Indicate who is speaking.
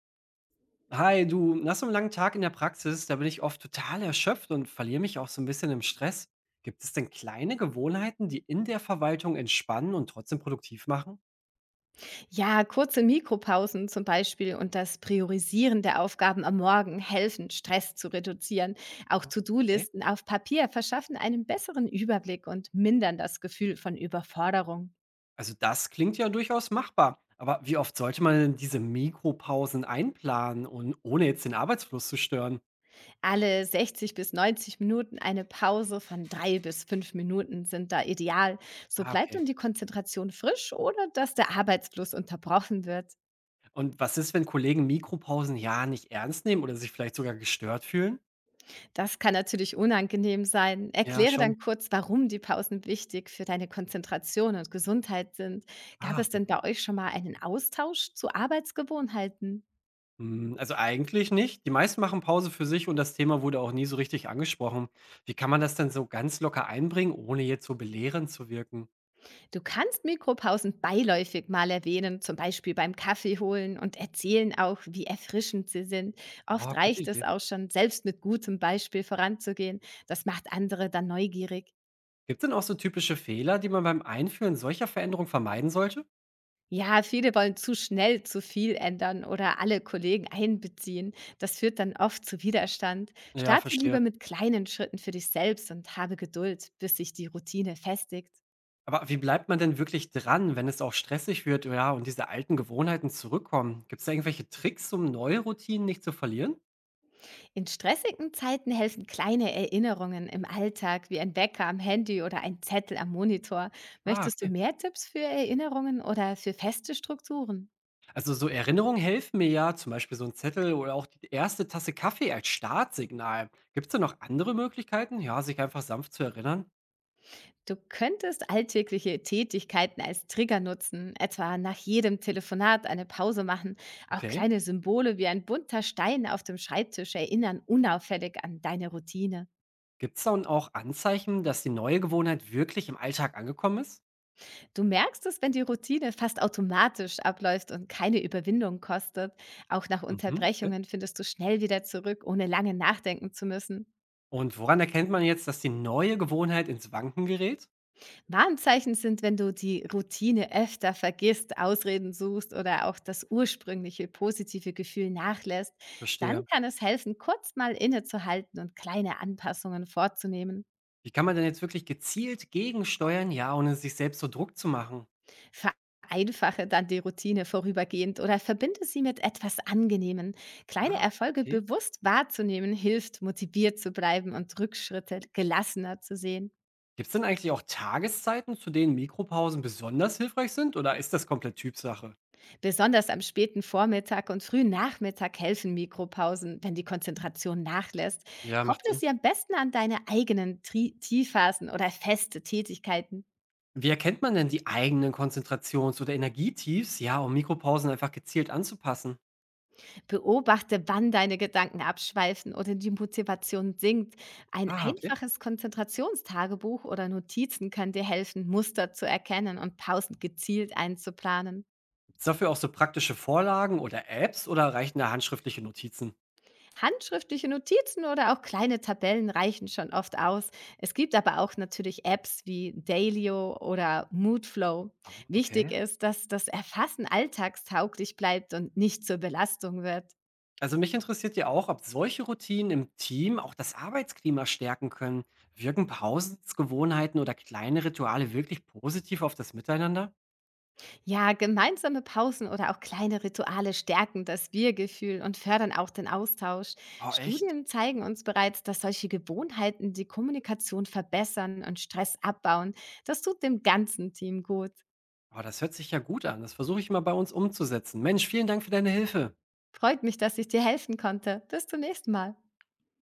Speaker 1: Hi, du, nach so einem langen Tag in der Praxis, da bin ich oft total erschöpft und verliere mich auch so ein bisschen im Stress. Gibt es denn kleine Gewohnheiten, die in der Verwaltung entspannen und trotzdem produktiv machen?
Speaker 2: Ja, kurze Mikropausen zum Beispiel und das Priorisieren der Aufgaben am Morgen helfen, Stress zu reduzieren. Auch
Speaker 1: Ja. Okay.
Speaker 2: To-Do-Listen auf Papier verschaffen einen besseren Überblick und mindern das Gefühl von Überforderung.
Speaker 1: Also das klingt ja durchaus machbar. Aber wie oft sollte man denn diese Mikropausen einplanen und ohne jetzt den Arbeitsfluss zu stören?
Speaker 2: Alle 60 bis 90 Minuten eine Pause von 3 bis 5 Minuten sind da ideal. So bleibt
Speaker 1: Okay.
Speaker 2: dann die Konzentration frisch, ohne dass der Arbeitsfluss unterbrochen wird.
Speaker 1: Und was ist, wenn Kollegen Mikropausen ja nicht ernst nehmen oder sich vielleicht sogar gestört fühlen?
Speaker 2: Das kann natürlich unangenehm sein.
Speaker 1: Ja,
Speaker 2: Erkläre
Speaker 1: schon.
Speaker 2: dann kurz, warum die Pausen wichtig für deine Konzentration und Gesundheit sind. Gab
Speaker 1: Ah,
Speaker 2: es denn bei euch schon mal einen Austausch zu Arbeitsgewohnheiten?
Speaker 1: Hm, also eigentlich nicht. Die meisten machen Pause für sich und das Thema wurde auch nie so richtig angesprochen. Wie kann man das denn so ganz locker einbringen, ohne jetzt so belehrend zu wirken?
Speaker 2: Du kannst Mikropausen beiläufig mal erwähnen, zum Beispiel beim Kaffee holen und erzählen auch, wie erfrischend sie sind. Oft
Speaker 1: Gute
Speaker 2: reicht es
Speaker 1: Idee.
Speaker 2: auch schon, selbst mit gutem Beispiel voranzugehen. Das macht andere dann neugierig.
Speaker 1: Gibt es denn auch so typische Fehler, die man beim Einführen solcher Veränderungen vermeiden sollte?
Speaker 2: Ja, viele wollen zu schnell zu viel ändern oder alle Kollegen einbeziehen. Das führt dann oft zu Widerstand.
Speaker 1: Ja,
Speaker 2: Starte lieber
Speaker 1: verstehe.
Speaker 2: mit kleinen Schritten für dich selbst und habe Geduld, bis sich die Routine festigt.
Speaker 1: Aber wie bleibt man denn wirklich dran, wenn es auch stressig wird, ja, und diese alten Gewohnheiten zurückkommen? Gibt's da irgendwelche Tricks, um neue Routinen nicht zu verlieren?
Speaker 2: In stressigen Zeiten helfen kleine Erinnerungen im Alltag, wie ein Wecker am Handy oder ein Zettel am Monitor. Möchtest du
Speaker 1: Okay.
Speaker 2: mehr Tipps für Erinnerungen oder für feste Strukturen?
Speaker 1: Also so Erinnerungen helfen mir ja, zum Beispiel so ein Zettel oder auch die erste Tasse Kaffee als Startsignal. Gibt es da noch andere Möglichkeiten, ja, sich einfach sanft zu erinnern?
Speaker 2: Du könntest alltägliche Tätigkeiten als Trigger nutzen, etwa nach jedem Telefonat eine Pause machen. Auch
Speaker 1: Okay.
Speaker 2: kleine Symbole wie ein bunter Stein auf dem Schreibtisch erinnern unauffällig an deine Routine.
Speaker 1: Gibt es dann auch Anzeichen, dass die neue Gewohnheit wirklich im Alltag angekommen ist?
Speaker 2: Du merkst es, wenn die Routine fast automatisch abläuft und keine Überwindung kostet. Auch nach
Speaker 1: Mhm, okay.
Speaker 2: Unterbrechungen findest du schnell wieder zurück, ohne lange nachdenken zu müssen.
Speaker 1: Und woran erkennt man jetzt, dass die neue Gewohnheit ins Wanken gerät?
Speaker 2: Warnzeichen sind, wenn du die Routine öfter vergisst, Ausreden suchst oder auch das ursprüngliche positive Gefühl nachlässt, dann
Speaker 1: Verstehe.
Speaker 2: kann es helfen, kurz mal innezuhalten und kleine Anpassungen vorzunehmen.
Speaker 1: Wie kann man denn jetzt wirklich gezielt gegensteuern, ja, ohne sich selbst so Druck zu machen?
Speaker 2: Vereinfache dann die Routine vorübergehend oder verbinde sie mit etwas Angenehmem. Kleine
Speaker 1: Ah,
Speaker 2: Erfolge
Speaker 1: okay.
Speaker 2: bewusst wahrzunehmen hilft, motiviert zu bleiben und Rückschritte gelassener zu sehen.
Speaker 1: Gibt es denn eigentlich auch Tageszeiten, zu denen Mikropausen besonders hilfreich sind, oder ist das komplett Typsache?
Speaker 2: Besonders am späten Vormittag und frühen Nachmittag helfen Mikropausen, wenn die Konzentration nachlässt.
Speaker 1: Ja, macht
Speaker 2: Kopple
Speaker 1: Sinn.
Speaker 2: sie am besten an deine eigenen Tiefphasen oder feste Tätigkeiten.
Speaker 1: Wie erkennt man denn die eigenen Konzentrations oder Energietiefs, ja, um Mikropausen einfach gezielt anzupassen?
Speaker 2: Beobachte, wann deine Gedanken abschweifen oder die Motivation sinkt. Ein
Speaker 1: Okay.
Speaker 2: einfaches Konzentrationstagebuch oder Notizen kann dir helfen, Muster zu erkennen und Pausen gezielt einzuplanen.
Speaker 1: Gibt's dafür auch so praktische Vorlagen oder Apps oder reichen da handschriftliche Notizen?
Speaker 2: Handschriftliche Notizen oder auch kleine Tabellen reichen schon oft aus. Es gibt aber auch natürlich Apps wie Dailyo oder Moodflow. Wichtig
Speaker 1: Okay.
Speaker 2: ist, dass das Erfassen alltagstauglich bleibt und nicht zur Belastung wird.
Speaker 1: Also mich interessiert ja auch, ob solche Routinen im Team auch das Arbeitsklima stärken können. Wirken Pausensgewohnheiten oder kleine Rituale wirklich positiv auf das Miteinander?
Speaker 2: Ja, gemeinsame Pausen oder auch kleine Rituale stärken das Wir-Gefühl und fördern auch den Austausch.
Speaker 1: Oh, echt?
Speaker 2: Studien zeigen uns bereits, dass solche Gewohnheiten die Kommunikation verbessern und Stress abbauen. Das tut dem ganzen Team gut.
Speaker 1: Oh, das hört sich ja gut an. Das versuche ich mal bei uns umzusetzen. Mensch, vielen Dank für deine Hilfe.
Speaker 2: Freut mich, dass ich dir helfen konnte. Bis zum nächsten Mal.